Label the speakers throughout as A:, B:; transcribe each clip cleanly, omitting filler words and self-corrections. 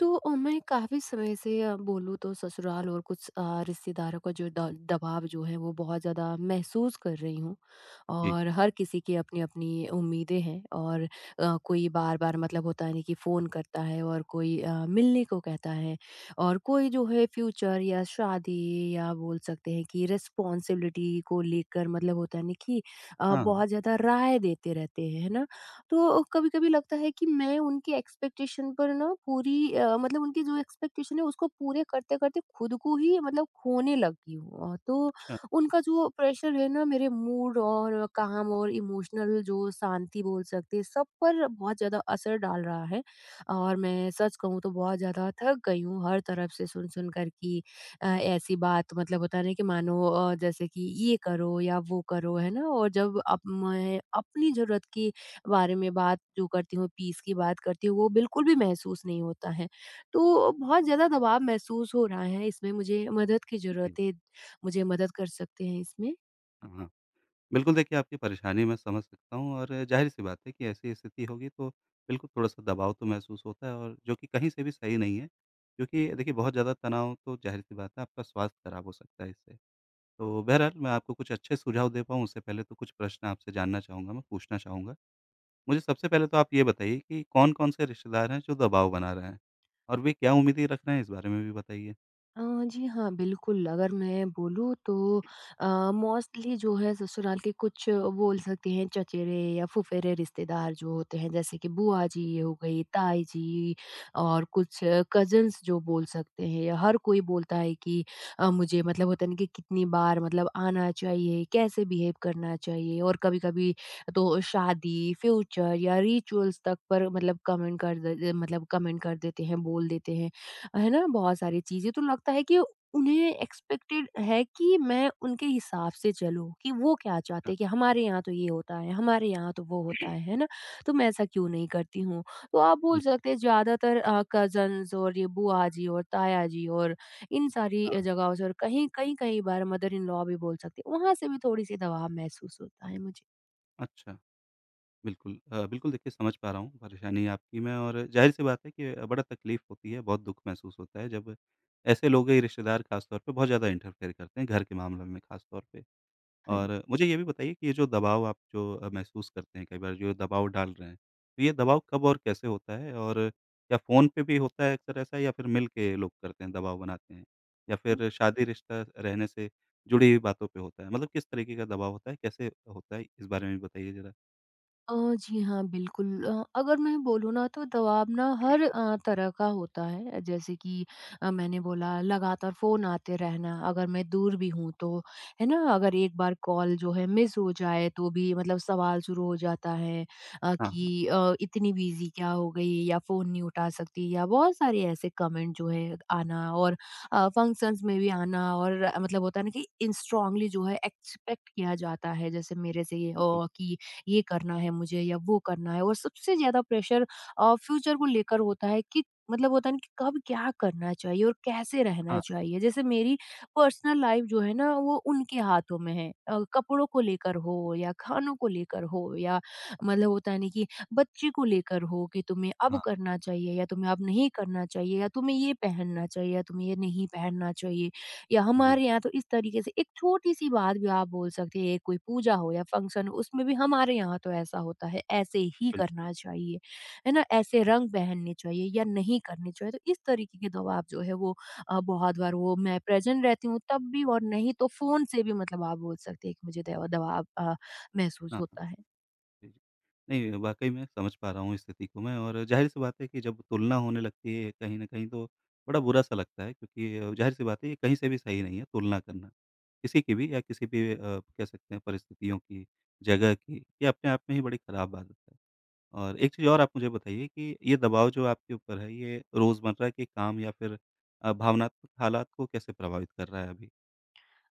A: तो मैं काफ़ी समय से बोलूँ तो ससुराल और कुछ रिश्तेदारों का जो द दबाव जो है वो बहुत ज़्यादा महसूस कर रही हूँ।
B: जी।
A: और हर किसी की अपनी-अपनी उम्मीदें हैं और कोई बार-बार मतलब होता है ना कि फ़ोन करता है और कोई मिलने को कहता है और कोई जो है फ्यूचर या शादी या बोल सकते हैं कि रिस्पॉन्सिबिलिटी को लेकर मतलब होता है ना कि
B: हाँ,
A: बहुत ज़्यादा राय देते रहते हैं, है ना? तो कभी-कभी लगता है कि मैं उनकी एक्सपेक्टेशन पर ना पूरी मतलब उनकी जो एक्सपेक्टेशन है उसको पूरे करते-करते खुद को ही मतलब खोने लगी हूँ। तो
B: अच्छा,
A: उनका जो प्रेशर है ना मेरे मूड और काम और इमोशनल जो शांति बोल सकते हैं सब पर बहुत ज़्यादा असर डाल रहा है। और मैं सच कहूँ तो बहुत ज़्यादा थक गई हूँ हर तरफ से सुन-सुन कर कि ऐसी बात मतलब होता है ना कि मानो जैसे कि ये करो या वो करो है ना? और जब अब मैं अपनी ज़रूरत की बारे में बात जो करती हूँ, पीस की बात करती हूँ, वो बिल्कुल भी महसूस नहीं होता है। तो बहुत ज़्यादा दबाव महसूस हो रहा है इसमें मुझे मदद की
B: जी।
A: ज़रूरत है। मुझे मदद कर सकते हैं इसमें?
B: हाँ, हाँ। बिल्कुल देखिए आपकी परेशानी मैं समझ सकता हूँ और ज़ाहिर-सी बात है कि ऐसी स्थिति होगी तो बिल्कुल थोड़ा-सा दबाव तो महसूस होता है और जो कि कहीं से भी सही नहीं है, क्योंकि देखिए बहुत ज़्यादा तनाव तो ज़ाहिर-सी बात है आपका स्वास्थ्य खराब हो सकता है इससे। तो बहरहाल मैं आपको कुछ अच्छे सुझाव दे पाऊँ उससे पहले तो कुछ प्रश्न आपसे जानना चाहूँगा मैं, पूछना चाहूँगा। मुझे सबसे पहले तो आप ये बताइए कि कौन-कौन से रिश्तेदार हैं जो दबाव बना रहे हैं? और वे क्या उम्मीदें रख रहे हैं, इस बारे में भी बताइए?
A: अ, जी हाँ, बिल्कुल, अगर मैं बोलूँ तो अ, मोस्टली जो है ससुराल के कुछ बोल सकते हैं चचेरे या फुफेरे रिश्तेदार जो होते हैं, जैसे कि बुआ जी ये हो गई, ताई जी और कुछ कज़िन्स जो बोल सकते हैं या हर कोई बोलता है कि मुझे मतलब होता है ना कि कितनी बार मतलब आना चाहिए, कैसे बिहेव करना चाहिए और कभी-कभी तो शादी, फ्यूचर या रिचुअल्स तक पर मतलब कमेंट कर देते हैं, बोल देते हैं। है ना? बहुत सारी चीज़ें तो लगता है कि उन्हें एक्सपेक्टेड है कि मैं उनके हिसाब से चलूँ, कि वो क्या चाहते
B: हाँ,
A: हैं कि हमारे यहाँ तो ये होता है, हमारे यहाँ तो वो होता है ना? तो मैं ऐसा क्यों नहीं करती हूँ? तो आप बोल
B: जी,
A: सकते हैं ज़्यादातर कज़न्स और ये बुआ जी और ताया जी और इन सारी
B: हाँ।
A: जगहों से और कहीं कहीं कई बार मदर इन लॉ भी बोल सकते हैं, वहाँ से भी थोड़ी-सी दबाव महसूस होता है मुझे।
B: अच्छा। बिल्कुल बिल्कुल देखिए, समझ पा रहा हूँ परेशानी आपकी मैं, और ज़ाहिर-सी बात है कि बड़ा तकलीफ़ होती है, बहुत दुःख महसूस होता है जब ऐसे लोग या रिश्तेदार ख़ास तौर पे बहुत ज़्यादा इंटरफेयर करते हैं घर के मामलों में ख़ास तौर पे।
A: हाँ जी।
B: और मुझे ये भी बताइए कि ये जो दबाव आप जो महसूस करते हैं कई बार, जो दबाव डाल रहे हैं, तो ये दबाव कब और कैसे होता है? और क्या फ़ोन पे भी होता है अक्सर ऐसा, या फिर मिल के लोग करते हैं, दबाव बनाते हैं? या फिर शादी रिश्ता रहने से जुड़ी हुई बातों पे होता है? मतलब किस तरीके का दबाव होता है, कैसे होता है? इस बारे में भी बताइए ज़रा।
A: अ, जी हाँ, बिल्कुल। अगर मैं बोलूँ ना तो दबाव ना हर तरह का होता है। जैसे कि मैंने बोला लगातार फ़ोन आते रहना अगर मैं दूर भी हूँ तो, है ना? अगर एक बार कॉल जो है मिस हो जाए तो भी मतलब सवाल शुरू हो जाता है अ,
B: हाँ, हाँ,
A: कि अ, इतनी बिज़ी क्या हो गई या फ़ोन नहीं उठा सकती या बहुत सारे ऐसे कमेंट जो है आना और फ़ंक्शंस में भी आना और मतलब होता है ना कि इन स्ट्रांगली जो है एक्सपेक्ट किया जाता है जैसे मेरे से ये
B: बिल्कुल।
A: कि ये करना है मुझे या वो करना है और सबसे ज़्यादा प्रेशर फ्यूचर को लेकर होता है कि मतलब होता है ना कि कब क्या करना चाहिए और कैसे रहना
B: हाँ,
A: चाहिए। जैसे मेरी पर्सनल लाइफ जो है ना वो उनके हाथों में है। कपड़ों को लेकर हो या खानों को लेकर हो या मतलब होता है ना कि बच्चे को लेकर हो कि तुम्हें अब
B: हाँ।
A: करना चाहिए या तुम्हें अब नहीं करना चाहिए या तुम्हें ये पहनना चाहिए या तुम्हें ये नहीं पहनना चाहिए। या
B: जी,
A: हमारे यहाँ तो इस तरीके से एक छोटी-सी बात भी आप बोल सकते हैं, कोई पूजा हो या फंक्शन हो, उसमें भी हमारे यहाँ तो ऐसा होता है, ऐसे ही
B: बिल्कुल।
A: करना चाहिए, है ना? ऐसे रंग पहनने चाहिए या नहीं करने चाहिए, तो इस तरीके के दबाव जो है वो बहुत बार वो मैं प्रेज़ेंट रहती हूँ तब भी और नहीं तो फ़ोन से भी मतलब आप बोल सकते हैं कि मुझे दवा दबाव महसूस
B: हाँ, हाँ।
A: होता है।
B: जी, जी। नहीं, वाक़ई में समझ पा रहा हूँ इस स्थिति को मैं, और ज़ाहिर-सी बात है कि जब तुलना होने लगती है कहीं न कहीं, तो बड़ा बुरा-सा लगता है, क्योंकि ज़ाहिर-सी बात है ये कहीं से भी सही नहीं है तुलना करना। किसी की भी या किसी भी कह सकते हैं परिस्थितियों की, जगह की, ये अपने आप में ही बड़ी ख़राब आदत है। और एक चीज़ और आप मुझे बताइए कि ये दबाव जो आपके ऊपर है, ये रोज़मर्रा के काम या फिर भावनात्मक हालात को कैसे प्रभावित कर रहा है अभी?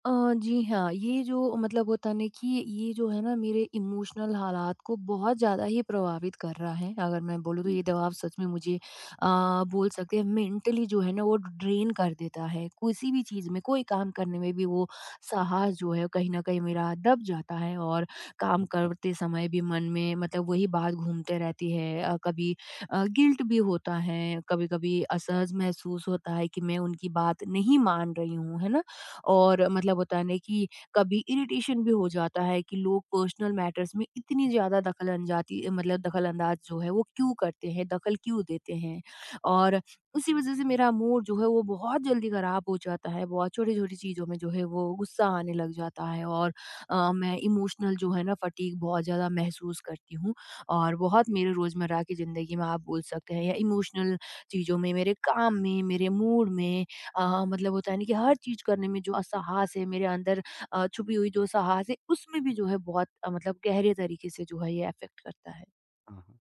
A: अ, जी हाँ, ये जो मतलब होता है ना कि ये जो है ना मेरे इमोशनल हालात को बहुत ज़्यादा ही प्रभावित कर रहा है। अगर मैं बोलूँ तो
B: हुँ,
A: ये
B: हुँ।
A: दबाव सच में मुझे बोल सकते हैं मेंटली जो है ना वो ड्रेन कर देता है। किसी भी चीज़ में, कोई काम करने में भी वो साहस जो है कहीं न कहीं मेरा दब जाता है और काम
B: अच्छा।
A: करते समय भी मन में मतलब वही बात घूमते रहती है। कभी गिल्ट भी होता है, कभी-कभी असहज महसूस होता है कि मैं उनकी बात नहीं मान रही हूँ, है ना? और मतलब होता है ना कि कभी इरिटेशन भी हो जाता है कि लोग पर्सनल मैटर्स में इतनी ज़्यादा दखल अंजाती मतलब दखल अंदाज जो है वो क्यों करते हैं, दखल क्यों देते हैं। और उसी वज़ह से मेरा मूड जो है वो बहुत जल्दी ख़राब हो जाता है, बहुत छोटी-छोटी चीज़ों में जो है वो गुस्सा आने लग जाता है और मैं इमोशनल जो है ना फटीग बहुत ज़्यादा महसूस करती हूँ और बहुत मेरे रोज़मर्रा की ज़िंदगी में आप बोल सकते हैं या इमोशनल चीज़ों में, मेरे काम में, मेरे मूड में मतलब होता है ना कि हर चीज़ करने में जो साहस है मेरे अंदर छुपी हुई जो साहस है उसमें भी जो है बहुत मतलब गहरे तरीके से जो है ये अफ़ेक्ट करता है।
B: हाँ, हाँ।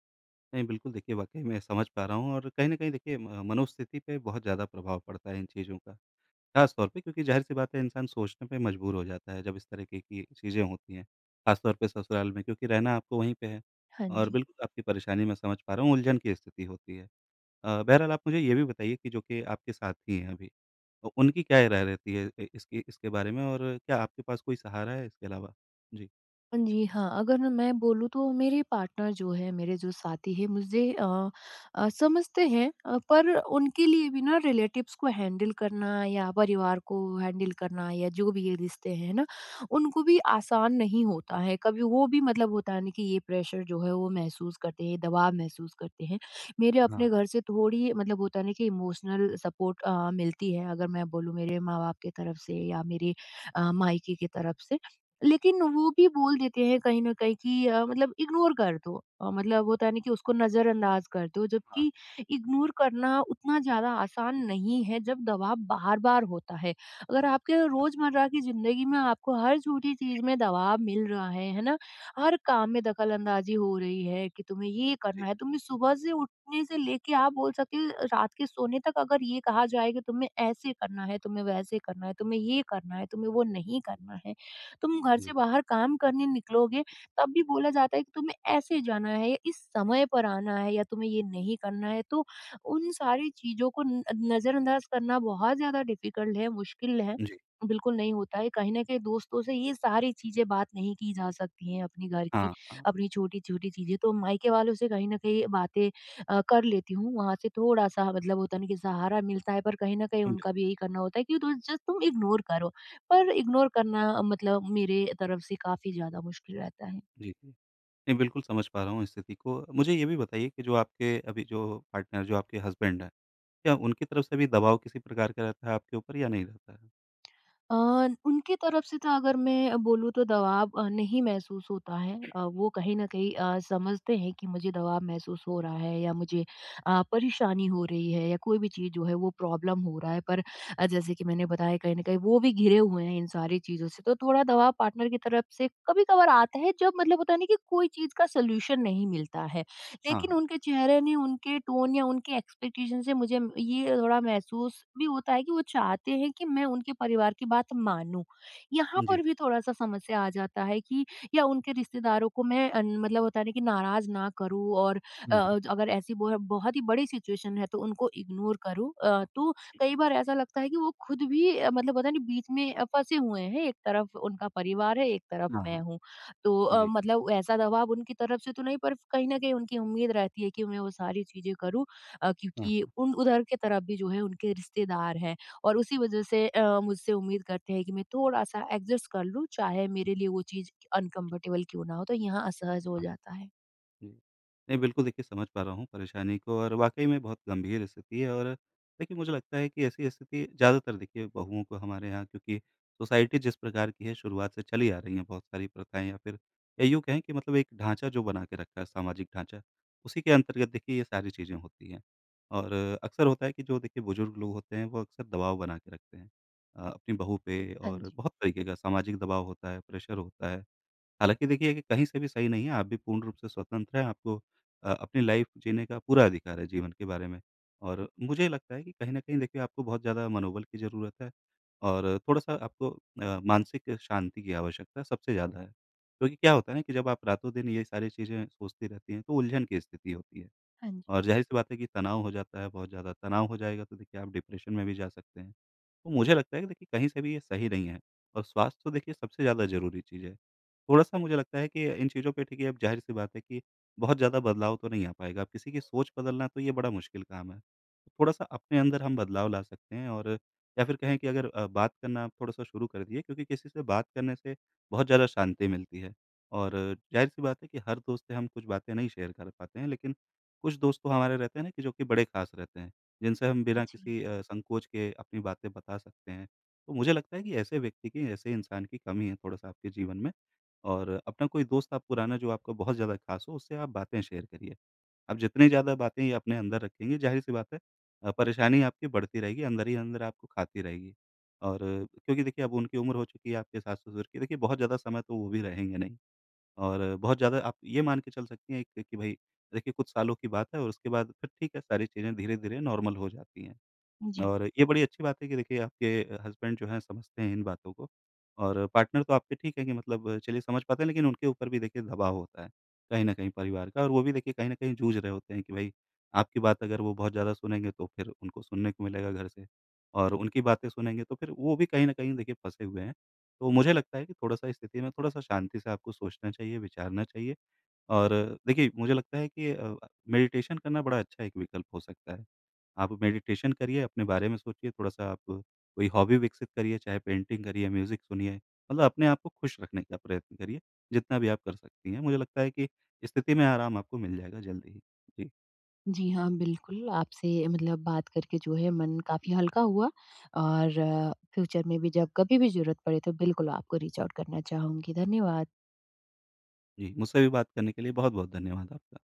B: नहीं, बिल्कुल देखिए वाक़ई मैं समझ पा रहा हूँ, और कहीं न कहीं देखिए म मनोस्थिति पे बहुत ज़्यादा प्रभाव पड़ता है इन चीज़ों का। ख़ास तौर पे क्योंकि ज़ाहिर-सी बात है इंसान सोचने पे मजबूर हो जाता है जब इस तरीके की चीज़ें होती हैं। ख़ास तौर पे ससुराल में, क्योंकि रहना आपको वहीं पे है,
A: हाँ
B: और
A: जी।
B: बिल्कुल आपकी परेशानी मैं समझ पा रहा हूँ, उलझन की स्थिति होती है। बहरहाल आप मुझे ये भी बताइए कि जो कि आपके साथी हैं अभी, तो उनकी क्या राय रहती है इ इसकी इसके बारे में, और क्या आपके पास कोई सहारा है इसके अलावा? जी।
A: हाँ जी, हाँ, अगर ना मैं बोलूँ तो मेरे पार्टनर जो है, मेरे जो साथी हैं मुझे समझते हैं पर उनके लिए भी ना रिलेटिव्स को हैंडल करना या परिवार को हैंडल करना या जो भी ये रिश्ते हैं ना, उनको भी आसान नहीं होता है। कभी वो भी मतलब होता है ना कि ये प्रेशर जो है वो महसूस करते हैं, दबाव महसूस करते हैं। मेरे
B: हाँ,
A: अपने घर से थोड़ी मतलब होता है ना कि इमोशनल सपोर्ट मिलती है अगर मैं बोलूँ मेरे माँ-बाप की तरफ से या मेरे मायके की तरफ से। लेकिन वो भी बोल देते हैं कहीं न कहीं कि मतलब इग्नोर कर दो। मतलब होता है ना कि उसको नज़रअंदाज़ कर दो,
B: हाँ।
A: जबकि इग्नोर करना उतना ज़्यादा आसान नहीं है जब दबाव बार-बार होता है। अगर आपके रोज़मर्रा की ज़िंदगी में आपको हर छोटी चीज़ में दबाव मिल रहा है ना? हर काम में दखल-अंदाज़ी हो रही है कि तुम्हें ये
B: जी,
A: करना
B: जी,
A: है, तुम्हें सुबह से उठने से लेके आप बोल सकते हो रात के सोने तक अगर ये कहा जाए कि तुम्हें ऐसे करना है, तुम्हें वैसे करना है, तुम्हें ये करना है, तुम्हें वो नहीं करना है। तुम घर से
B: जी।
A: बाहर काम करने निकलोगे तब भी बोला जाता है कि तुम्हें ऐसे जाना है या इस समय पर आना है या तुम्हें ये नहीं करना है तो उन सारी चीज़ों को न नज़रअंदाज करना बहुत ज़्यादा डिफ़िकल्ट है, मुश्किल है।
B: जी,
A: बिल्कुल नहीं होता है, कहीं न कहीं दोस्तों से ये सारी चीज़ें बात नहीं की जा सकती हैं अपने घर की,
B: हाँ, हाँ।
A: अपनी छोटी-छोटी चीज़ें। तो मायके वालों से कहीं न कहीं बातें कर लेती हूँ, वहाँ से थोड़ा-सा मतलब होता है ना कि सहारा मिलता है पर कहीं न कहीं उनका
B: बिल्कुल।
A: भी यही करना होता है कि तो जस्ट तुम इग्नोर करो। पर इग्नोर करना मतलब मेरे तरफ से काफ़ी ज़्यादा मुश्किल रहता है।
B: जी, जी। नहीं, बिल्कुल समझ पा रहा हूँ स्थिति को। मुझे ये भी बताइए कि जो आपके अभी जो पार्टनर, जो आपके हस्बैंड हैं, क्या उनकी तरफ से भी दबाव किसी प्रकार का रहता है आपके ऊपर या नहीं रहता है?
A: अ, उनकी तरफ से तो अगर मैं बोलूँ तो दबाव नहीं महसूस होता है। वो कहीं न कहीं समझते हैं कि मुझे दबाव महसूस हो रहा है या मुझे परेशानी हो रही है या कोई भी चीज़ जो है वो प्रॉब्लम हो रहा है। पर जैसे कि मैंने बताया कहीं न कहीं वो भी घिरे हुए हैं इन सारी चीज़ों से, तो थोड़ा दबाव पार्टनर की तरफ से कभी-कभार आता है जब मतलब होता है ना कि कोई चीज़ का सॉल्यूशन नहीं मिलता है।
B: हाँ,
A: लेकिन
B: हाँ।
A: उनके चेहरे ने उनके टोन या उनके एक्सपेक्टेशन से मुझे ये थोड़ा महसूस भी होता है कि वो चाहते हैं कि मैं उनके परिवार की बात मानूं। यहाँ
B: जी।
A: पर भी थोड़ा-सा समस्या आ जाता है कि या उनके रिश्तेदारों को मैं मतलब होता है ना कि नाराज़ ना करूँ और अ,
B: हाँ,
A: अगर ऐसी बहुत ही बड़ी सिचुएशन है तो उनको इग्नोर करूँ। तो कई बार ऐसा लगता है कि वो खुद भी मतलब पता नहीं बीच में फँसे हुए हैं, एक तरफ उनका परिवार है, एक तरफ
B: हाँ, हाँ,
A: मैं
B: हाँ।
A: हूँ। तो
B: जी।
A: मतलब ऐसा दबाव उनकी तरफ से तो नहीं पर कहीं न कहीं उनकी उम्मीद रहती है कि मैं वो सारी चीज़ें करूँ
B: हाँ,
A: क्योंकि
B: हाँ।
A: उन उधर की तरफ भी जो है उनके रिश्तेदार हैं और उसी वज़ह से मुझसे उम्मीद करते हैं कि मैं थोड़ा-सा एडजस्ट कर लूँ, चाहे
B: जी,
A: मेरे लिए वो चीज़ अनकम्फर्टेबल क्यों ना हो, तो यहाँ असहज हो
B: हाँ।
A: जाता है।
B: जी। नहीं, बिल्कुल देखिए समझ पा रहा हूँ परेशानी को, और वाक़ई में बहुत गंभीर स्थिति है। और देखिए, मुझे लगता है कि ऐसी स्थिति ज़्यादातर देखिए बहुओं को हमारे यहाँ, क्योंकि सोसाइटी जिस प्रकार की है, शुरुआत से चली आ रही हैं बहुत सारी प्रथाएँ, या फिर या यूँ कहें कि मतलब एक ढाँचा जो बना के रखा है, सामाजिक ढाँचा, उसी के अंतर्गत देखिए ये सारी चीज़ें होती हैं। और अक्सर होता है कि जो देखिए बुज़ुर्ग लोग होते हैं वो अक्सर दबाव बना के रखते हैं अपनी बहू पे,
A: हाँ
B: और
A: जी।
B: बहुत तरीके का सामाजिक दबाव होता है, प्रेशर होता है। हालाँकि देखिए कि कहीं से भी सही नहीं है, आप भी पूर्ण रूप से स्वतंत्र हैं, आपको अपनी लाइफ़ जीने का पूरा अधिकार है जीवन के बारे में। और मुझे लगता है कि कहीं न कहीं देखिए आपको बहुत ज़्यादा मनोबल की ज़रूरत है, और थोड़ा-सा आपको मानसिक शांति की आवश्यकता सबसे ज़्यादा है। क्योंकि क्या होता है ना कि जब आप रातों-दिन ये सारी चीज़ें सोचती रहती हैं, तो उलझन की स्थिति होती है,
A: हाँ जी।
B: और ज़ाहिर-सी बात है कि तनाव हो जाता है बहुत ज़्यादा, तनाव हो जाएगा तो देखिए आप डिप्रेशन में भी जा सकते हैं। तो मुझे लगता है कि देखिए कहीं से भी ये सही नहीं है, और स्वास्थ्य तो देखिए सबसे ज़्यादा ज़रूरी चीज़ है। थोड़ा-सा मुझे लगता है कि इन चीज़ों पे ठीक है, अब ज़ाहिर-सी बात है कि बहुत ज़्यादा बदलाव तो नहीं आ पाएगा। अब किसी की सोच बदलना तो ये बड़ा मुश्किल काम है। थोड़ा-सा अपने अंदर हम बदलाव ला सकते हैं, और या फिर कहें कि अगर बात करना आप थोड़ा-सा शुरू कर दिए, क्योंकि किसी से बात करने से बहुत ज़्यादा शांति मिलती है। और ज़ाहिर-सी बात है कि हर दोस्त से हम कुछ बातें नहीं शेयर कर पाते हैं, लेकिन कुछ दोस्त तो हमारे रहते हैं ना कि जो कि बड़े ख़ास रहते हैं। जिनसे हम बिना
A: जी।
B: किसी संकोच के अपनी बातें बता सकते हैं। तो मुझे लगता है कि ऐसे व्यक्ति की, ऐसे इंसान की कमी है थोड़ा-सा आपके जीवन में, और अपना कोई दोस्त आप पुराना जो आपका बहुत ज़्यादा ख़ास हो, उससे आप बातें शेयर करिए। आप जितनी ज़्यादा बातें ये अपने अंदर रखेंगे, ज़ाहिर-सी बात है परेशानी आपकी बढ़ती रहेगी, अंदर ही अंदर आपको खाती रहेगी। और क्योंकि देखिए अब उनकी उम्र हो चुकी है आपके सास-ससुर की, देखिए बहुत ज़्यादा समय तो वो भी रहेंगे नहीं। और बहुत ज़्यादा आप ये मान के चल सकती हैं एक कि भई, देखिए कुछ सालों की बात है, और उसके बाद फिर ठीक है, सारी चीज़ें धीरे-धीरे नॉर्मल हो जाती हैं।
A: जी।
B: और ये बड़ी अच्छी बात है कि देखिए आपके हस्बैंड जो हैं समझते हैं इन बातों को, और पार्टनर तो आपके ठीक है कि मतलब चलिए समझ पाते हैं, लेकिन उनके ऊपर भी देखिए दबाव होता है, कहीं न कहीं परिवार का, और वो भी देखिए कहीं न कहीं जूझ रहे होते हैं कि भई, आपकी बात अगर वो बहुत ज़्यादा सुनेंगे तो फिर उनको सुनने को मिलेगा घर से, और उनकी बातें सुनेंगे तो फिर वो भी कहीं न कहीं देखिए फँसे हुए हैं। तो मुझे लगता है कि थोड़ा-सा स्थिति में, थोड़ा-सा शांति से आपको सोचना चाहिए, विचारना चाहिए। और देखिए, मुझे लगता है कि मेडिटेशन करना बड़ा अच्छा एक विकल्प हो सकता है। आप मेडिटेशन करिए, अपने बारे में सोचिए, थोड़ा-सा आप कोई हॉबी विकसित करिए, चाहे पेंटिंग करिए, म्यूज़िक सुनिए, मतलब अपने आप को खुश रखने का प्रयत्न करिए, जितना भी आप कर सकती हैं। मुझे लगता है कि स्थिति में आराम आपको मिल जाएगा जल्दी ही। जी,
A: जी हाँ, बिल्कुल आपसे मतलब बात करके जो है मन काफ़ी हल्का हुआ और फ्यूचर में भी जब कभी भी ज़रूरत पड़े तो बिल्कुल आपको रीच आउट करना चाहूँगी। धन्यवाद।
B: जी, मुझसे भी बात करने के लिए बहुत-बहुत धन्यवाद आपका।